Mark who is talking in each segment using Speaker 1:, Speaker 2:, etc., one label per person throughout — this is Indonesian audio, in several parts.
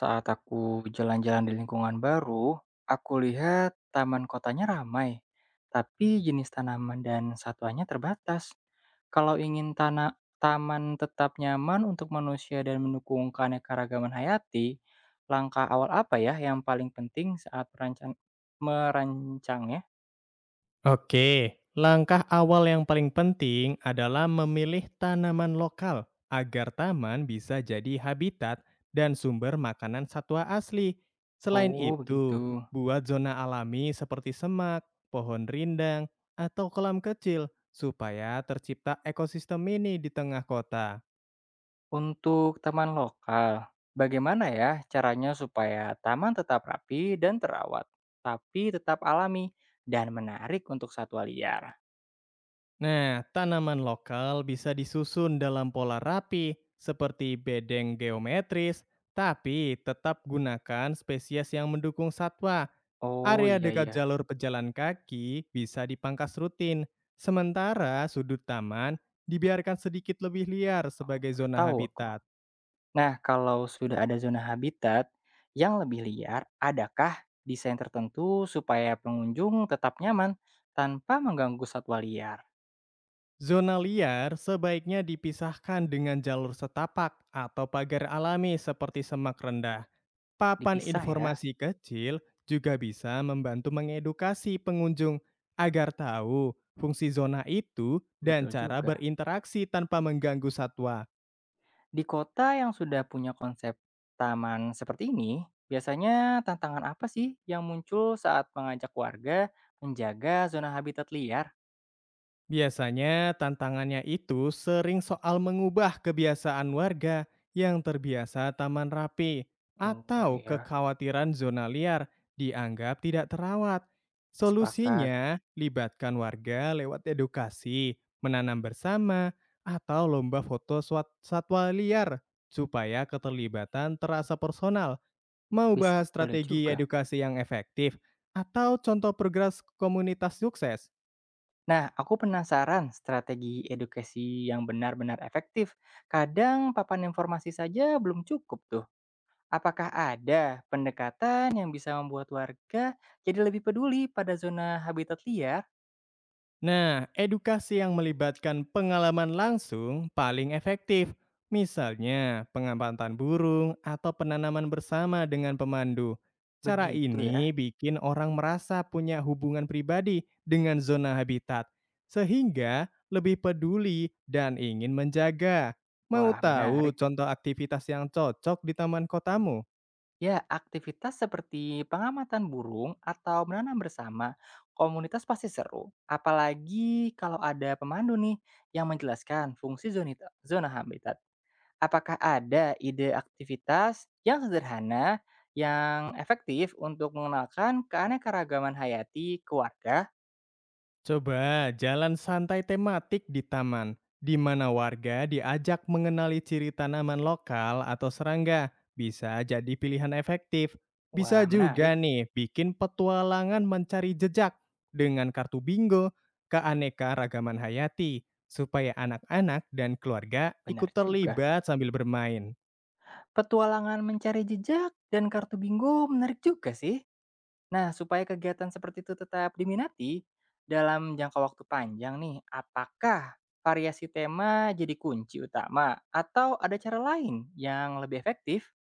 Speaker 1: Saat aku jalan-jalan di lingkungan baru, aku lihat taman kotanya ramai, tapi jenis tanaman dan satuannya terbatas. Kalau ingin tanah taman tetap nyaman untuk manusia dan mendukung keanekaragaman hayati, langkah awal apa ya yang paling penting saat merancangnya?
Speaker 2: Oke, langkah awal yang paling penting adalah memilih tanaman lokal agar taman bisa jadi habitat dan sumber makanan satwa asli. Selain
Speaker 1: Oh, begitu.
Speaker 2: itu, buat zona alami seperti semak, pohon rindang, atau kolam kecil supaya tercipta ekosistem ini di tengah kota.
Speaker 1: Untuk taman lokal, bagaimana ya caranya supaya taman tetap rapi dan terawat, tapi tetap alami dan menarik untuk satwa liar?
Speaker 2: Nah, tanaman lokal bisa disusun dalam pola rapi seperti bedeng geometris, tapi tetap gunakan spesies yang mendukung satwa.
Speaker 1: Oh,
Speaker 2: Area
Speaker 1: iya
Speaker 2: dekat
Speaker 1: iya.
Speaker 2: jalur pejalan kaki bisa dipangkas rutin, sementara sudut taman dibiarkan sedikit lebih liar
Speaker 1: Oh,
Speaker 2: sebagai
Speaker 1: baru
Speaker 2: zona
Speaker 1: tahu aku.
Speaker 2: habitat.
Speaker 1: Nah, kalau sudah ada zona habitat yang lebih liar, adakah desain tertentu supaya pengunjung tetap nyaman tanpa mengganggu satwa liar?
Speaker 2: Zona liar sebaiknya dipisahkan dengan jalur setapak atau pagar alami seperti semak rendah. Papan
Speaker 1: Dipisah ya,
Speaker 2: informasi kecil juga bisa membantu mengedukasi pengunjung agar tahu fungsi zona itu dan
Speaker 1: betul
Speaker 2: cara
Speaker 1: juga.
Speaker 2: berinteraksi tanpa mengganggu satwa.
Speaker 1: Di kota yang sudah punya konsep taman seperti ini, biasanya tantangan apa sih yang muncul saat mengajak warga menjaga zona habitat liar?
Speaker 2: Biasanya tantangannya itu sering soal mengubah kebiasaan warga yang terbiasa taman rapi
Speaker 1: Oh
Speaker 2: atau
Speaker 1: ya,
Speaker 2: kekhawatiran zona liar dianggap tidak terawat.
Speaker 1: sepakat.
Speaker 2: Solusinya, libatkan warga lewat edukasi, menanam bersama, atau lomba foto satwa liar supaya keterlibatan terasa personal. Mau
Speaker 1: Bisa,
Speaker 2: bahas
Speaker 1: boleh
Speaker 2: strategi
Speaker 1: juga.
Speaker 2: edukasi yang efektif atau contoh progres komunitas sukses?
Speaker 1: Nah, aku penasaran strategi edukasi yang benar-benar efektif. Kadang papan informasi saja belum cukup tuh. Apakah ada pendekatan yang bisa membuat warga jadi lebih peduli pada zona habitat liar?
Speaker 2: Nah, edukasi yang melibatkan pengalaman langsung paling efektif. Misalnya, pengamatan burung atau penanaman bersama dengan pemandu. Cara
Speaker 1: Begitu ya.
Speaker 2: ini bikin orang merasa punya hubungan pribadi dengan zona habitat, sehingga lebih peduli dan ingin menjaga. Mau
Speaker 1: Wah,
Speaker 2: tahu
Speaker 1: menarik.
Speaker 2: contoh aktivitas yang cocok di taman kotamu?
Speaker 1: Ya, aktivitas seperti pengamatan burung atau menanam bersama komunitas pasti seru, apalagi kalau ada pemandu nih yang menjelaskan fungsi zona habitat. Apakah ada ide aktivitas yang sederhana yang efektif untuk mengenalkan keanekaragaman hayati ke warga?
Speaker 2: Coba jalan santai tematik di taman, di mana warga diajak mengenali ciri tanaman lokal atau serangga. Bisa jadi pilihan efektif.
Speaker 1: Wah,
Speaker 2: Bisa
Speaker 1: menarik.
Speaker 2: juga nih bikin petualangan mencari jejak dengan kartu bingo keanekaragaman hayati supaya anak-anak dan keluarga ikut
Speaker 1: Benar juga.
Speaker 2: terlibat sambil bermain.
Speaker 1: Petualangan mencari jejak dan kartu bingo menarik juga sih. Nah, supaya kegiatan seperti itu tetap diminati dalam jangka waktu panjang nih, apakah variasi tema jadi kunci utama atau ada cara lain yang lebih efektif?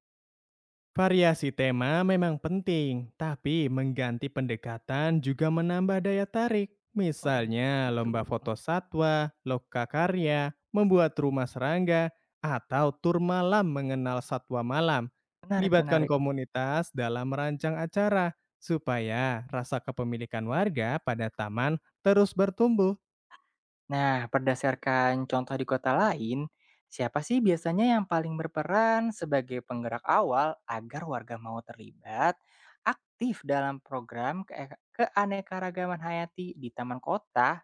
Speaker 2: Variasi tema memang penting, tapi mengganti pendekatan juga menambah daya tarik.
Speaker 1: Oh,
Speaker 2: Misalnya
Speaker 1: begitu.
Speaker 2: lomba foto satwa, loka karya, membuat rumah serangga, atau tur malam mengenal satwa malam.
Speaker 1: Menarik,
Speaker 2: Libatkan
Speaker 1: menarik.
Speaker 2: komunitas dalam merancang acara supaya rasa kepemilikan warga pada taman terus bertumbuh.
Speaker 1: Nah, berdasarkan contoh di kota lain, siapa sih biasanya yang paling berperan sebagai penggerak awal agar warga mau terlibat aktif dalam program keanekaragaman hayati di taman kota?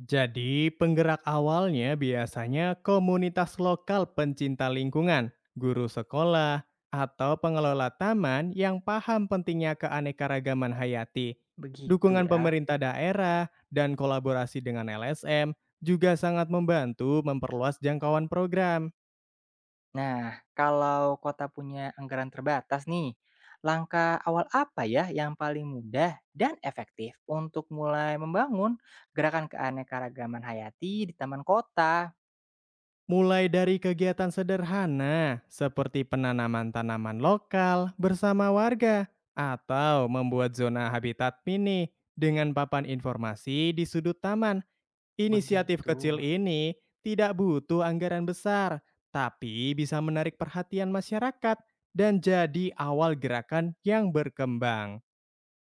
Speaker 2: Jadi, penggerak awalnya biasanya komunitas lokal pencinta lingkungan, guru sekolah, atau pengelola taman yang paham pentingnya keanekaragaman hayati.
Speaker 1: Begitu
Speaker 2: Dukungan
Speaker 1: ya.
Speaker 2: pemerintah daerah dan kolaborasi dengan LSM juga sangat membantu memperluas jangkauan program.
Speaker 1: Nah, kalau kota punya anggaran terbatas nih, langkah awal apa ya yang paling mudah dan efektif untuk mulai membangun gerakan keanekaragaman hayati di taman kota?
Speaker 2: Mulai dari kegiatan sederhana seperti penanaman tanaman lokal bersama warga atau membuat zona habitat mini dengan papan informasi di sudut taman. Inisiatif
Speaker 1: Begitu.
Speaker 2: kecil ini tidak butuh anggaran besar, tapi bisa menarik perhatian masyarakat dan jadi awal gerakan yang berkembang.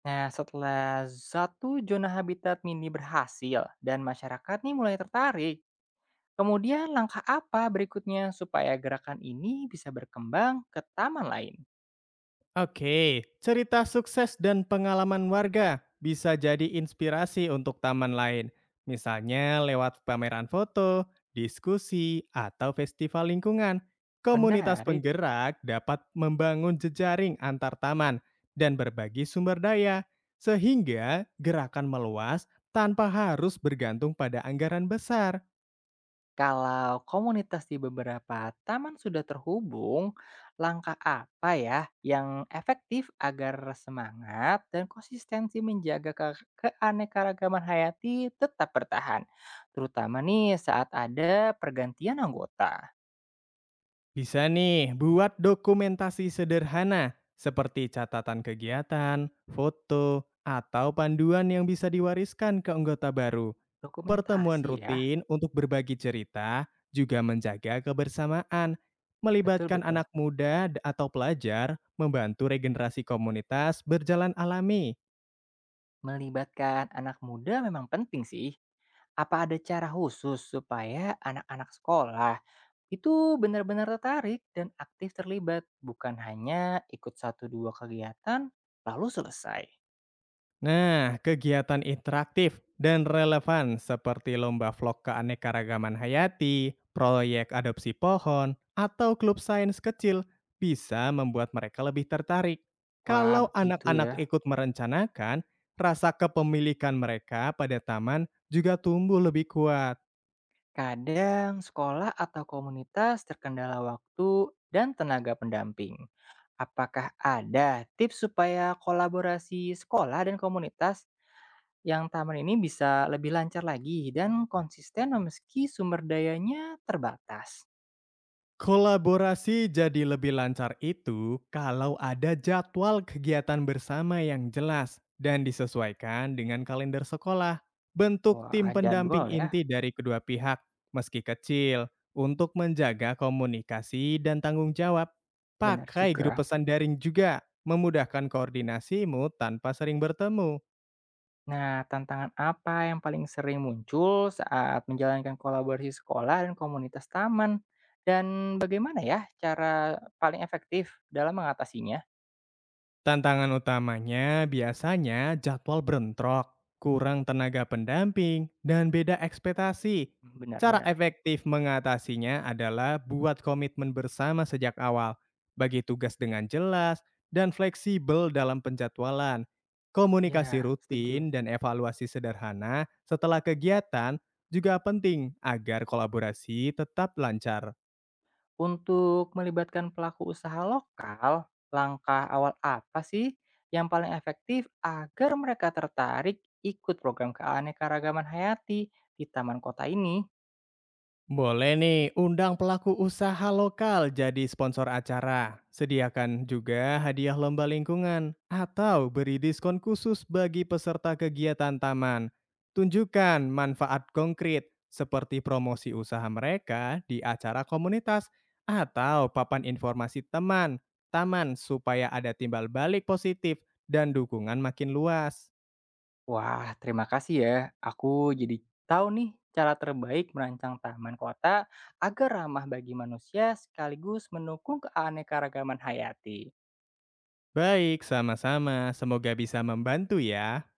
Speaker 1: Nah, setelah satu zona habitat mini berhasil dan masyarakat nih mulai tertarik, kemudian langkah apa berikutnya supaya gerakan ini bisa berkembang ke taman lain?
Speaker 2: Oke, cerita sukses dan pengalaman warga bisa jadi inspirasi untuk taman lain. Misalnya lewat pameran foto, diskusi, atau festival lingkungan. Komunitas
Speaker 1: Menarik.
Speaker 2: penggerak dapat membangun jejaring antar taman dan berbagi sumber daya, sehingga gerakan meluas tanpa harus bergantung pada anggaran besar.
Speaker 1: Kalau komunitas di beberapa taman sudah terhubung, langkah apa ya yang efektif agar semangat dan konsistensi menjaga keanekaragaman hayati tetap bertahan, terutama nih saat ada pergantian anggota.
Speaker 2: Bisa nih buat dokumentasi sederhana seperti catatan kegiatan, foto, atau panduan yang bisa diwariskan ke anggota baru. Pertemuan
Speaker 1: Dokumentasi ya,
Speaker 2: rutin untuk berbagi cerita juga menjaga kebersamaan. Melibatkan
Speaker 1: betul-betul.
Speaker 2: anak muda atau pelajar membantu regenerasi komunitas berjalan alami.
Speaker 1: Melibatkan anak muda memang penting sih. Apa ada cara khusus supaya anak-anak sekolah itu benar-benar tertarik dan aktif terlibat, bukan hanya ikut satu dua kegiatan lalu selesai.
Speaker 2: Nah, kegiatan interaktif dan relevan seperti lomba vlog keanekaragaman hayati, proyek adopsi pohon, atau klub sains kecil bisa membuat mereka lebih tertarik.
Speaker 1: Wah,
Speaker 2: Kalau
Speaker 1: begitu
Speaker 2: anak-anak
Speaker 1: ya.
Speaker 2: ikut merencanakan, rasa kepemilikan mereka pada taman juga tumbuh lebih kuat.
Speaker 1: Kadang sekolah atau komunitas terkendala waktu dan tenaga pendamping. Apakah ada tips supaya kolaborasi sekolah dan komunitas yang taman ini bisa lebih lancar lagi dan konsisten meski sumber dayanya terbatas?
Speaker 2: Kolaborasi jadi lebih lancar itu kalau ada jadwal kegiatan bersama yang jelas dan disesuaikan dengan kalender sekolah. Bentuk tim
Speaker 1: Wah,
Speaker 2: pendamping
Speaker 1: jadwal ya.
Speaker 2: inti dari kedua pihak, meski kecil, untuk menjaga komunikasi dan tanggung jawab.
Speaker 1: Benar
Speaker 2: Pakai
Speaker 1: juga.
Speaker 2: grup pesan daring juga, memudahkan koordinasimu tanpa sering bertemu.
Speaker 1: Nah, tantangan apa yang paling sering muncul saat menjalankan kolaborasi sekolah dan komunitas taman? Dan bagaimana ya cara paling efektif dalam mengatasinya?
Speaker 2: Tantangan utamanya biasanya jadwal berentrok, kurang tenaga pendamping, dan beda ekspektasi. Cara
Speaker 1: Benar-benar.
Speaker 2: efektif mengatasinya adalah buat komitmen bersama sejak awal, bagi tugas dengan jelas, dan fleksibel dalam penjadwalan. Komunikasi
Speaker 1: Ya, setuju.
Speaker 2: rutin dan evaluasi sederhana setelah kegiatan juga penting agar kolaborasi tetap lancar.
Speaker 1: Untuk melibatkan pelaku usaha lokal, langkah awal apa sih yang paling efektif agar mereka tertarik ikut program keanekaragaman hayati di taman kota ini?
Speaker 2: Boleh nih, undang pelaku usaha lokal jadi sponsor acara. Sediakan juga hadiah lomba lingkungan atau beri diskon khusus bagi peserta kegiatan taman. Tunjukkan manfaat konkret seperti promosi usaha mereka di acara komunitas atau papan informasi teman, taman supaya ada timbal balik positif dan dukungan makin luas.
Speaker 1: Wah, terima kasih ya. Aku jadi tahu nih cara terbaik merancang taman kota agar ramah bagi manusia sekaligus mendukung keanekaragaman hayati.
Speaker 2: Baik, sama-sama. Semoga bisa membantu ya.